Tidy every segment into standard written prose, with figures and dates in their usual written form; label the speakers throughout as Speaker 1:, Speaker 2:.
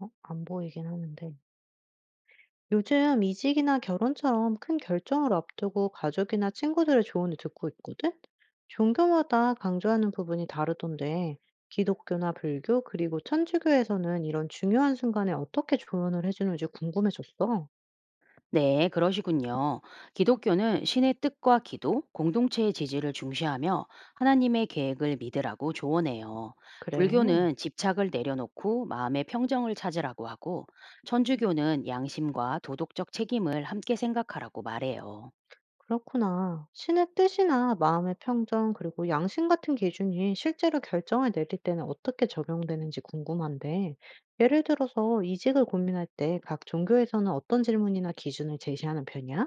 Speaker 1: 안 보이긴 하는데. 요즘 이직이나 결혼처럼 큰 결정을 앞두고 가족이나 친구들의 조언을 듣고 있거든? 종교마다 강조하는 부분이 다르던데, 기독교나 불교, 그리고 천주교에서는 이런 중요한 순간에 어떻게 조언을 해주는지 궁금해졌어.
Speaker 2: 네, 그러시군요. 기독교는 신의 뜻과 기도, 공동체의 지지를 중시하며 하나님의 계획을 믿으라고 조언해요.
Speaker 1: 그래.
Speaker 2: 불교는 집착을 내려놓고 마음의 평정을 찾으라고 하고, 천주교는 양심과 도덕적 책임을 함께 생각하라고 말해요.
Speaker 1: 그렇구나. 신의 뜻이나 마음의 평정, 그리고 양심 같은 기준이 실제로 결정을 내릴 때는 어떻게 적용되는지 궁금한데, 예를 들어서 이직을 고민할 때 각 종교에서는 어떤 질문이나 기준을 제시하는 편이야?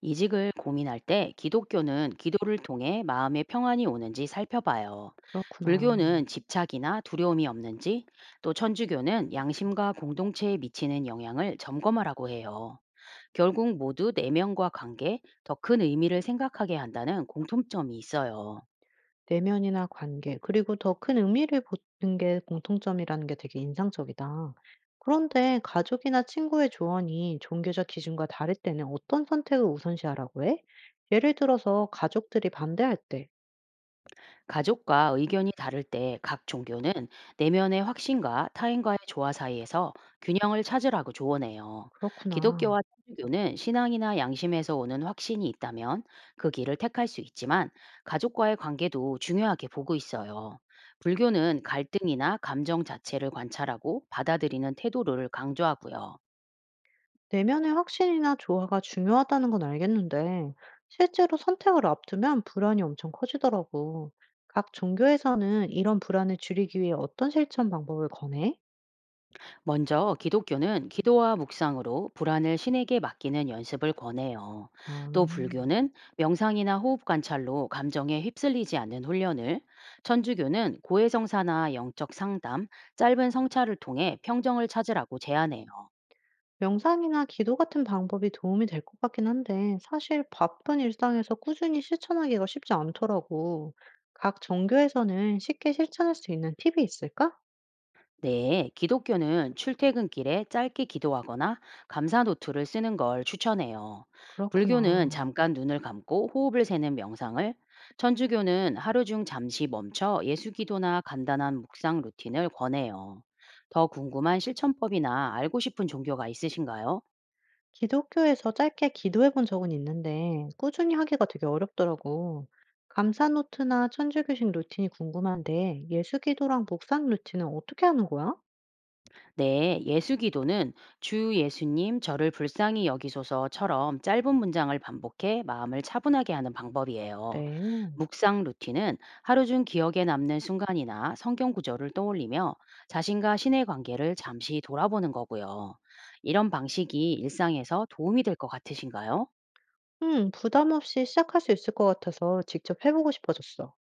Speaker 2: 이직을 고민할 때 기독교는 기도를 통해 마음의 평안이 오는지 살펴봐요.
Speaker 1: 그렇구나.
Speaker 2: 불교는 집착이나 두려움이 없는지, 또 천주교는 양심과 공동체에 미치는 영향을 점검하라고 해요. 결국 모두 내면과 관계, 더 큰 의미를 생각하게 한다는 공통점이 있어요.
Speaker 1: 내면이나 관계, 그리고 더 큰 의미를 보는 게 공통점이라는 게 되게 인상적이다. 그런데 가족이나 친구의 조언이 종교적 기준과 다를 때는 어떤 선택을 우선시하라고 해? 예를 들어서 가족들이 반대할 때.
Speaker 2: 가족과 의견이 다를 때 각 종교는 내면의 확신과 타인과의 조화 사이에서 균형을 찾으라고 조언해요.
Speaker 1: 그렇구나.
Speaker 2: 기독교와 천주교는 신앙이나 양심에서 오는 확신이 있다면 그 길을 택할 수 있지만 가족과의 관계도 중요하게 보고 있어요. 불교는 갈등이나 감정 자체를 관찰하고 받아들이는 태도를 강조하고요.
Speaker 1: 내면의 확신이나 조화가 중요하다는 건 알겠는데, 실제로 선택을 앞두면 불안이 엄청 커지더라고. 각 종교에서는 이런 불안을 줄이기 위해 어떤 실천 방법을 권해?
Speaker 2: 먼저 기독교는 기도와 묵상으로 불안을 신에게 맡기는 연습을 권해요.
Speaker 1: 아,
Speaker 2: 또 불교는 명상이나 호흡 관찰로 감정에 휩쓸리지 않는 훈련을, 천주교는 고해성사나 영적 상담, 짧은 성찰을 통해 평정을 찾으라고 제안해요.
Speaker 1: 명상이나 기도 같은 방법이 도움이 될 것 같긴 한데, 사실 바쁜 일상에서 꾸준히 실천하기가 쉽지 않더라고. 각 종교에서는 쉽게 실천할 수 있는 팁이 있을까?
Speaker 2: 네, 기독교는 출퇴근길에 짧게 기도하거나 감사 노트를 쓰는 걸 추천해요. 불교는
Speaker 1: 그렇구나.
Speaker 2: 잠깐 눈을 감고 호흡을 세는 명상을, 천주교는 하루 중 잠시 멈춰 예수 기도나 간단한 묵상 루틴을 권해요. 더 궁금한 실천법이나 알고 싶은 종교가 있으신가요?
Speaker 1: 기독교에서 짧게 기도해 본 적은 있는데 꾸준히 하기가 되게 어렵더라고. 감사 노트나 천주교식 루틴이 궁금한데 예수 기도랑 묵상 루틴은 어떻게 하는 거야?
Speaker 2: 네, 예수기도는 주 예수님 저를 불쌍히 여기소서처럼 짧은 문장을 반복해 마음을 차분하게 하는 방법이에요.
Speaker 1: 그래.
Speaker 2: 묵상 루틴은 하루 중 기억에 남는 순간이나 성경 구절을 떠올리며 자신과 신의 관계를 잠시 돌아보는 거고요. 이런 방식이 일상에서 도움이 될 것 같으신가요?
Speaker 1: 부담 없이 시작할 수 있을 것 같아서 직접 해보고 싶어졌어.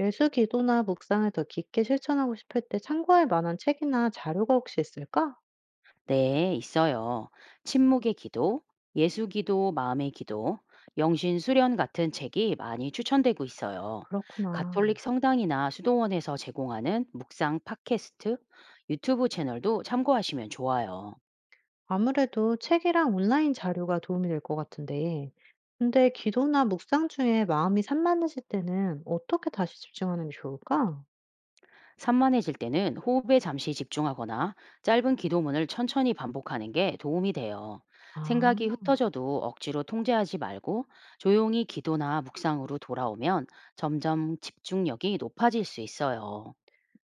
Speaker 1: 예수 기도나 묵상을 더 깊게 실천하고 싶을 때 참고할 만한 책이나 자료가 혹시 있을까?
Speaker 2: 네, 있어요. 침묵의 기도, 예수 기도, 마음의 기도, 영신 수련 같은 책이 많이 추천되고 있어요.
Speaker 1: 그렇구나.
Speaker 2: 가톨릭 성당이나 수도원에서 제공하는 묵상 팟캐스트, 유튜브 채널도 참고하시면 좋아요.
Speaker 1: 아무래도 책이랑 온라인 자료가 도움이 될 것 같은데, 근데 기도나 묵상 중에 마음이 산만해질 때는 어떻게 다시 집중하는 게 좋을까?
Speaker 2: 산만해질 때는 호흡에 잠시 집중하거나 짧은 기도문을 천천히 반복하는 게 도움이 돼요.
Speaker 1: 아,
Speaker 2: 생각이 흩어져도 억지로 통제하지 말고 조용히 기도나 묵상으로 돌아오면 점점 집중력이 높아질 수 있어요.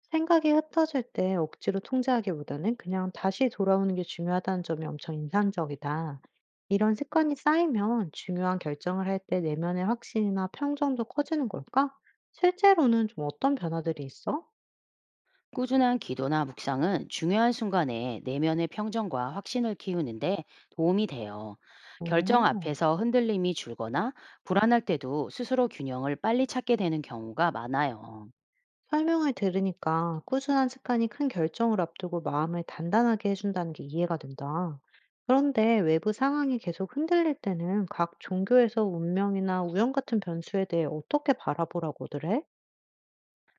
Speaker 1: 생각이 흩어질 때 억지로 통제하기보다는 그냥 다시 돌아오는 게 중요하다는 점이 엄청 인상적이다. 이런 습관이 쌓이면 중요한 결정을 할 때 내면의 확신이나 평정도 커지는 걸까? 실제로는 좀 어떤 변화들이 있어?
Speaker 2: 꾸준한 기도나 묵상은 중요한 순간에 내면의 평정과 확신을 키우는데 도움이 돼요. 결정
Speaker 1: 오.
Speaker 2: 앞에서 흔들림이 줄거나 불안할 때도 스스로 균형을 빨리 찾게 되는 경우가 많아요.
Speaker 1: 설명을 들으니까 꾸준한 습관이 큰 결정을 앞두고 마음을 단단하게 해준다는 게 이해가 된다. 그런데 외부 상황이 계속 흔들릴 때는 각 종교에서 운명이나 우연 같은 변수에 대해 어떻게 바라보라고들 해?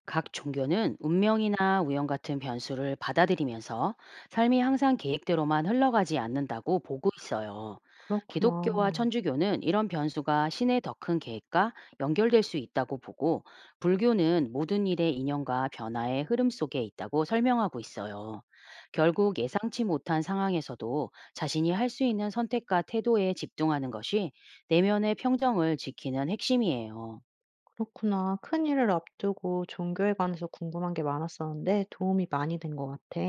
Speaker 2: 각 종교는 운명이나 우연 같은 변수를 받아들이면서 삶이 항상 계획대로만 흘러가지 않는다고 보고 있어요. 기독교와
Speaker 1: 그렇구나.
Speaker 2: 천주교는 이런 변수가 신의 더 큰 계획과 연결될 수 있다고 보고, 불교는 모든 일의 인연과 변화의 흐름 속에 있다고 설명하고 있어요. 결국 예상치 못한 상황에서도 자신이 할 수 있는 선택과 태도에 집중하는 것이 내면의 평정을 지키는 핵심이에요.
Speaker 1: 그렇구나. 큰 일을 앞두고 종교에 관해서 궁금한 게 많았었는데 도움이 많이 된 것 같아.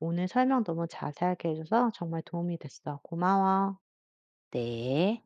Speaker 1: 오늘 설명 너무 자세하게 해줘서 정말 도움이 됐어. 고마워.
Speaker 2: 네.